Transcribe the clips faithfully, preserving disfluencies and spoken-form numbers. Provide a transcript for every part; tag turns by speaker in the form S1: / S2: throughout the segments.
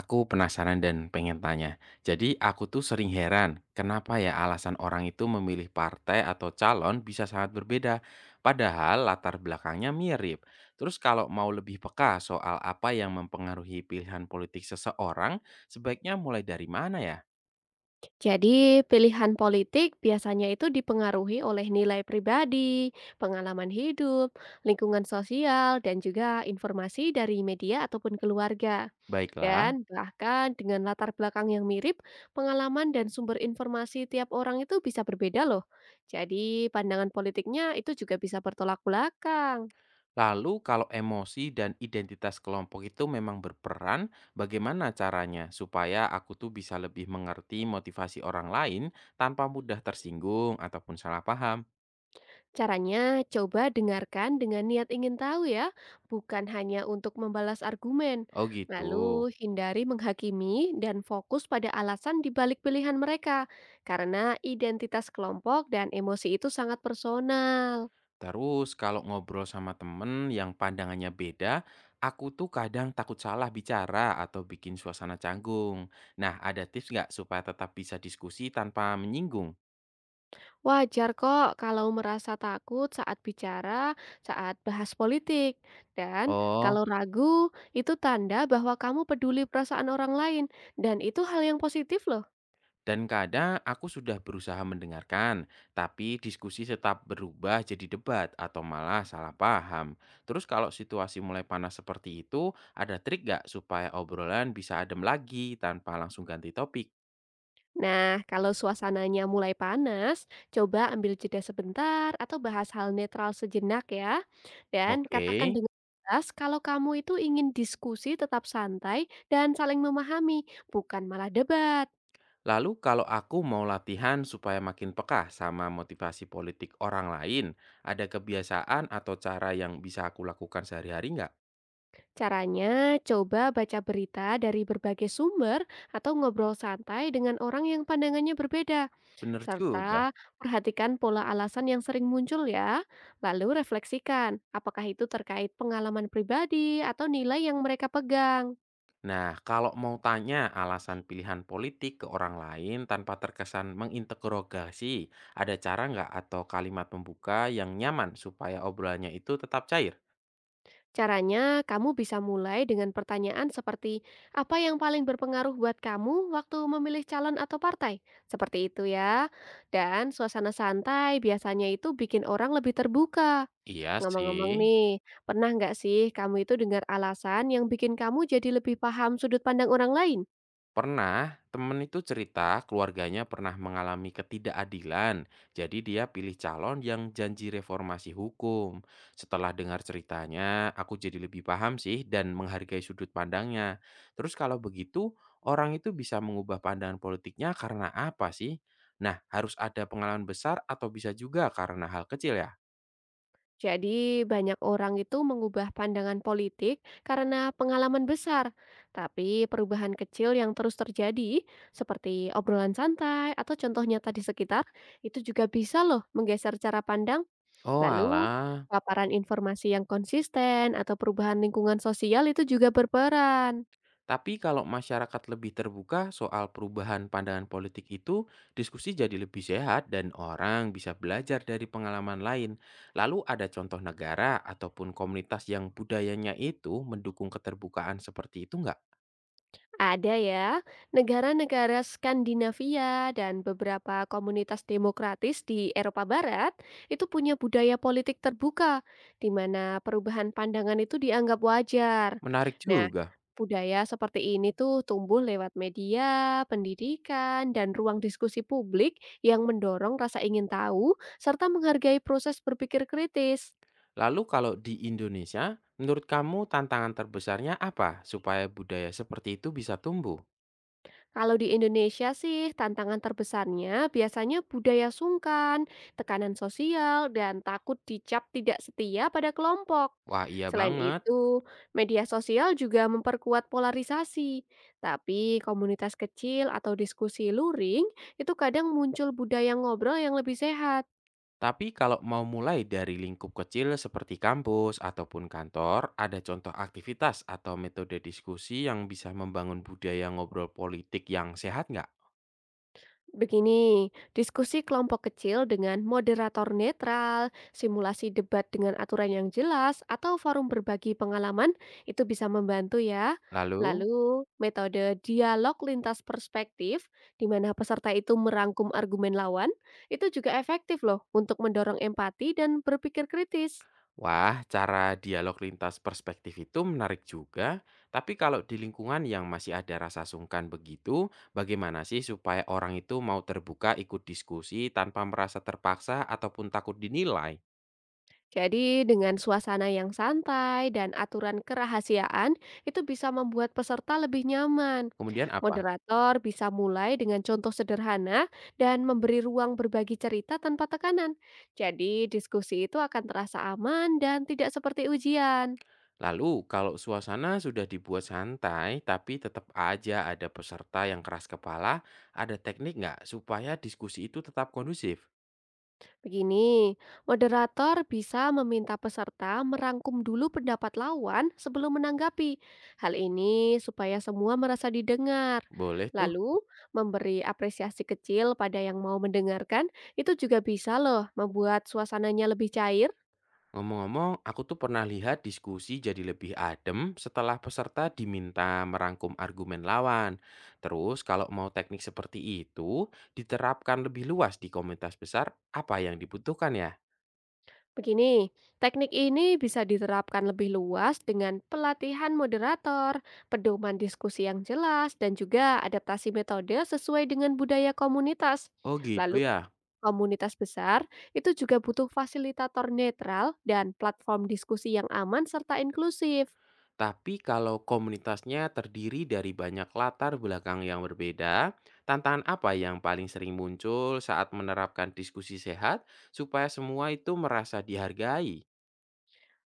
S1: Aku penasaran dan pengen tanya. Jadi aku tuh sering heran, kenapa ya alasan orang itu memilih partai atau calon bisa sangat berbeda, padahal latar belakangnya mirip. Terus kalau mau lebih peka soal apa yang mempengaruhi pilihan politik seseorang, sebaiknya mulai dari mana ya?
S2: Jadi, pilihan politik biasanya itu dipengaruhi oleh nilai pribadi, pengalaman hidup, lingkungan sosial, dan juga informasi dari media ataupun keluarga.
S1: Baiklah,
S2: Dan bahkan dengan latar belakang yang mirip, pengalaman dan sumber informasi tiap orang itu bisa berbeda loh. Jadi, pandangan politiknya itu juga bisa bertolak belakang.
S1: lalu kalau emosi dan identitas kelompok itu memang berperan, bagaimana caranya supaya aku tuh bisa lebih mengerti motivasi orang lain tanpa mudah tersinggung ataupun salah paham?
S2: Caranya, coba dengarkan dengan niat ingin tahu ya, bukan hanya untuk membalas argumen.
S1: Oh gitu.
S2: Lalu, hindari menghakimi dan fokus pada alasan di balik pilihan mereka, karena identitas kelompok dan emosi itu sangat personal.
S1: Terus kalau ngobrol sama temen yang pandangannya beda, aku tuh kadang takut salah bicara atau bikin suasana canggung. Nah, ada tips nggak supaya tetap bisa diskusi tanpa menyinggung?
S2: Wajar kok kalau merasa takut saat bicara, saat bahas politik. Dan
S1: Oh,
S2: kalau ragu, itu tanda bahwa kamu peduli perasaan orang lain, dan itu hal yang positif loh.
S1: dan kadang aku sudah berusaha mendengarkan, tapi diskusi tetap berubah jadi debat atau malah salah paham. Terus kalau situasi mulai panas seperti itu, ada trik nggak supaya obrolan bisa adem lagi tanpa langsung ganti topik?
S2: Nah, kalau suasananya mulai panas, coba ambil jeda sebentar atau bahas hal netral sejenak ya. Dan
S1: Oke.
S2: katakan dengan jelas kalau kamu itu ingin diskusi tetap santai dan saling memahami, bukan malah debat.
S1: Lalu kalau aku mau latihan supaya makin peka sama motivasi politik orang lain, ada kebiasaan atau cara yang bisa aku lakukan sehari-hari nggak?
S2: Caranya, coba baca berita dari berbagai sumber atau ngobrol santai dengan orang yang pandangannya berbeda,
S1: Bener juga.
S2: serta perhatikan pola alasan yang sering muncul ya. Lalu refleksikan, apakah itu terkait pengalaman pribadi atau nilai yang mereka pegang.
S1: Nah, kalau mau tanya alasan pilihan politik ke orang lain tanpa terkesan menginterogasi, ada cara nggak atau kalimat pembuka yang nyaman supaya obrolannya itu tetap cair?
S2: Caranya, kamu bisa mulai dengan pertanyaan seperti, apa yang paling berpengaruh buat kamu waktu memilih calon atau partai? Seperti itu ya. Dan suasana santai biasanya itu bikin orang lebih terbuka.
S1: Iya
S2: Ngomong-ngomong
S1: sih.
S2: nih, pernah nggak sih kamu itu dengar alasan yang bikin kamu jadi lebih paham sudut pandang orang lain?
S1: Pernah, temen itu cerita keluarganya pernah mengalami ketidakadilan. Jadi dia pilih calon yang janji reformasi hukum. Setelah dengar ceritanya, aku jadi lebih paham sih dan menghargai sudut pandangnya. Terus kalau begitu, orang itu bisa mengubah pandangan politiknya karena apa sih? Nah, harus ada pengalaman besar atau bisa juga karena hal kecil ya?
S2: Jadi banyak orang itu mengubah pandangan politik karena pengalaman besar, tapi perubahan kecil yang terus terjadi, seperti obrolan santai atau contoh nyata di sekitar, itu juga bisa loh menggeser cara pandang.
S1: Oh
S2: Lalu,
S1: alah.
S2: paparan informasi yang konsisten atau perubahan lingkungan sosial itu juga berperan.
S1: Tapi kalau masyarakat lebih terbuka soal perubahan pandangan politik itu, diskusi jadi lebih sehat dan orang bisa belajar dari pengalaman lain. Lalu ada contoh negara ataupun komunitas yang budayanya itu mendukung keterbukaan seperti itu nggak?
S2: Ada ya, negara-negara Skandinavia dan beberapa komunitas demokratis di Eropa Barat itu punya budaya politik terbuka, di mana perubahan pandangan itu dianggap wajar.
S1: Menarik
S2: Nah,
S1: juga.
S2: budaya seperti ini tuh tumbuh lewat media, pendidikan, dan ruang diskusi publik yang mendorong rasa ingin tahu serta menghargai proses berpikir kritis.
S1: Lalu kalau di Indonesia, menurut kamu tantangan terbesarnya apa supaya budaya seperti itu bisa tumbuh?
S2: Kalau di Indonesia sih, tantangan terbesarnya biasanya budaya sungkan, tekanan sosial, dan takut dicap tidak setia pada kelompok.
S1: Wah iya
S2: Selain
S1: banget.
S2: itu, media sosial juga memperkuat polarisasi. Tapi komunitas kecil atau diskusi luring itu kadang muncul budaya ngobrol yang lebih sehat.
S1: Tapi kalau mau mulai dari lingkup kecil seperti kampus ataupun kantor, ada contoh aktivitas atau metode diskusi yang bisa membangun budaya ngobrol politik yang sehat nggak?
S2: Begini, diskusi kelompok kecil dengan moderator netral, simulasi debat dengan aturan yang jelas, atau forum berbagi pengalaman itu bisa membantu ya.
S1: Lalu,
S2: Lalu, metode dialog lintas perspektif, di mana peserta itu merangkum argumen lawan, itu juga efektif loh untuk mendorong empati dan berpikir kritis.
S1: wah, cara dialog lintas perspektif itu menarik juga. Tapi kalau di lingkungan yang masih ada rasa sungkan begitu, bagaimana sih supaya orang itu mau terbuka ikut diskusi tanpa merasa terpaksa ataupun takut dinilai?
S2: Jadi dengan suasana yang santai dan aturan kerahasiaan itu bisa membuat peserta lebih nyaman.
S1: Kemudian apa?
S2: Moderator bisa mulai dengan contoh sederhana dan memberi ruang berbagi cerita tanpa tekanan. Jadi diskusi itu akan terasa aman dan tidak seperti ujian.
S1: Lalu, kalau suasana sudah dibuat santai, tapi tetap aja ada peserta yang keras kepala, ada teknik nggak supaya diskusi itu tetap kondusif?
S2: Begini, moderator bisa meminta peserta merangkum dulu pendapat lawan sebelum menanggapi. Hal ini supaya semua merasa didengar.
S1: Boleh tuh.
S2: Lalu, memberi apresiasi kecil pada yang mau mendengarkan itu juga bisa loh membuat suasananya lebih cair.
S1: Ngomong-ngomong, aku tuh pernah lihat diskusi jadi lebih adem setelah peserta diminta merangkum argumen lawan. Terus, kalau mau teknik seperti itu diterapkan lebih luas di komunitas besar, apa yang dibutuhkan ya?
S2: Begini, teknik ini bisa diterapkan lebih luas dengan pelatihan moderator, pedoman diskusi yang jelas, dan juga adaptasi metode sesuai dengan budaya komunitas.
S1: Oh gitu
S2: Lalu,
S1: ya.
S2: komunitas besar itu juga butuh fasilitator netral dan platform diskusi yang aman serta inklusif.
S1: Tapi kalau komunitasnya terdiri dari banyak latar belakang yang berbeda, tantangan apa yang paling sering muncul saat menerapkan diskusi sehat supaya semua itu merasa dihargai?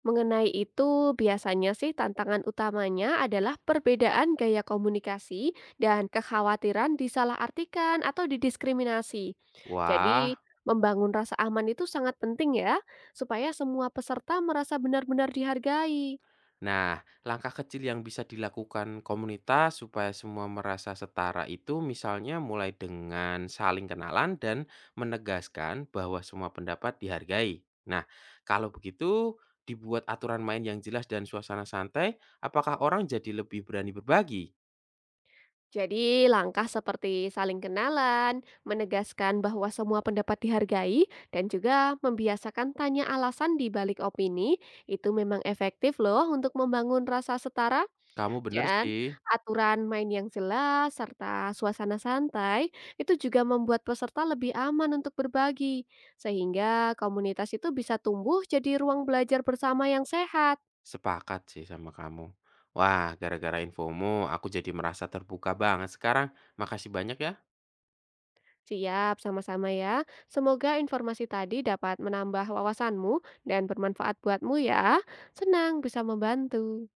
S2: Mengenai itu, biasanya sih tantangan utamanya adalah perbedaan gaya komunikasi dan kekhawatiran disalahartikan atau didiskriminasi. Jadi,
S1: Wah.
S2: membangun rasa aman itu sangat penting ya, supaya semua peserta merasa benar-benar dihargai.
S1: Nah, langkah kecil yang bisa dilakukan komunitas supaya semua merasa setara itu misalnya mulai dengan saling kenalan dan menegaskan bahwa semua pendapat dihargai. Nah, kalau begitu dibuat aturan main yang jelas dan suasana santai, apakah orang jadi lebih berani berbagi?
S2: Jadi, langkah seperti saling kenalan, menegaskan bahwa semua pendapat dihargai, dan juga membiasakan tanya alasan di balik opini, itu memang efektif loh untuk membangun rasa setara.
S1: Kamu bener
S2: Dan
S1: sih,
S2: aturan main yang jelas serta suasana santai itu juga membuat peserta lebih aman untuk berbagi, sehingga komunitas itu bisa tumbuh jadi ruang belajar bersama yang sehat.
S1: sepakat sih sama kamu. Wah, gara-gara infomu aku jadi merasa terbuka banget sekarang. Makasih banyak ya.
S2: Siap, sama-sama ya. Semoga informasi tadi dapat menambah wawasanmu dan bermanfaat buatmu ya. Senang bisa membantu.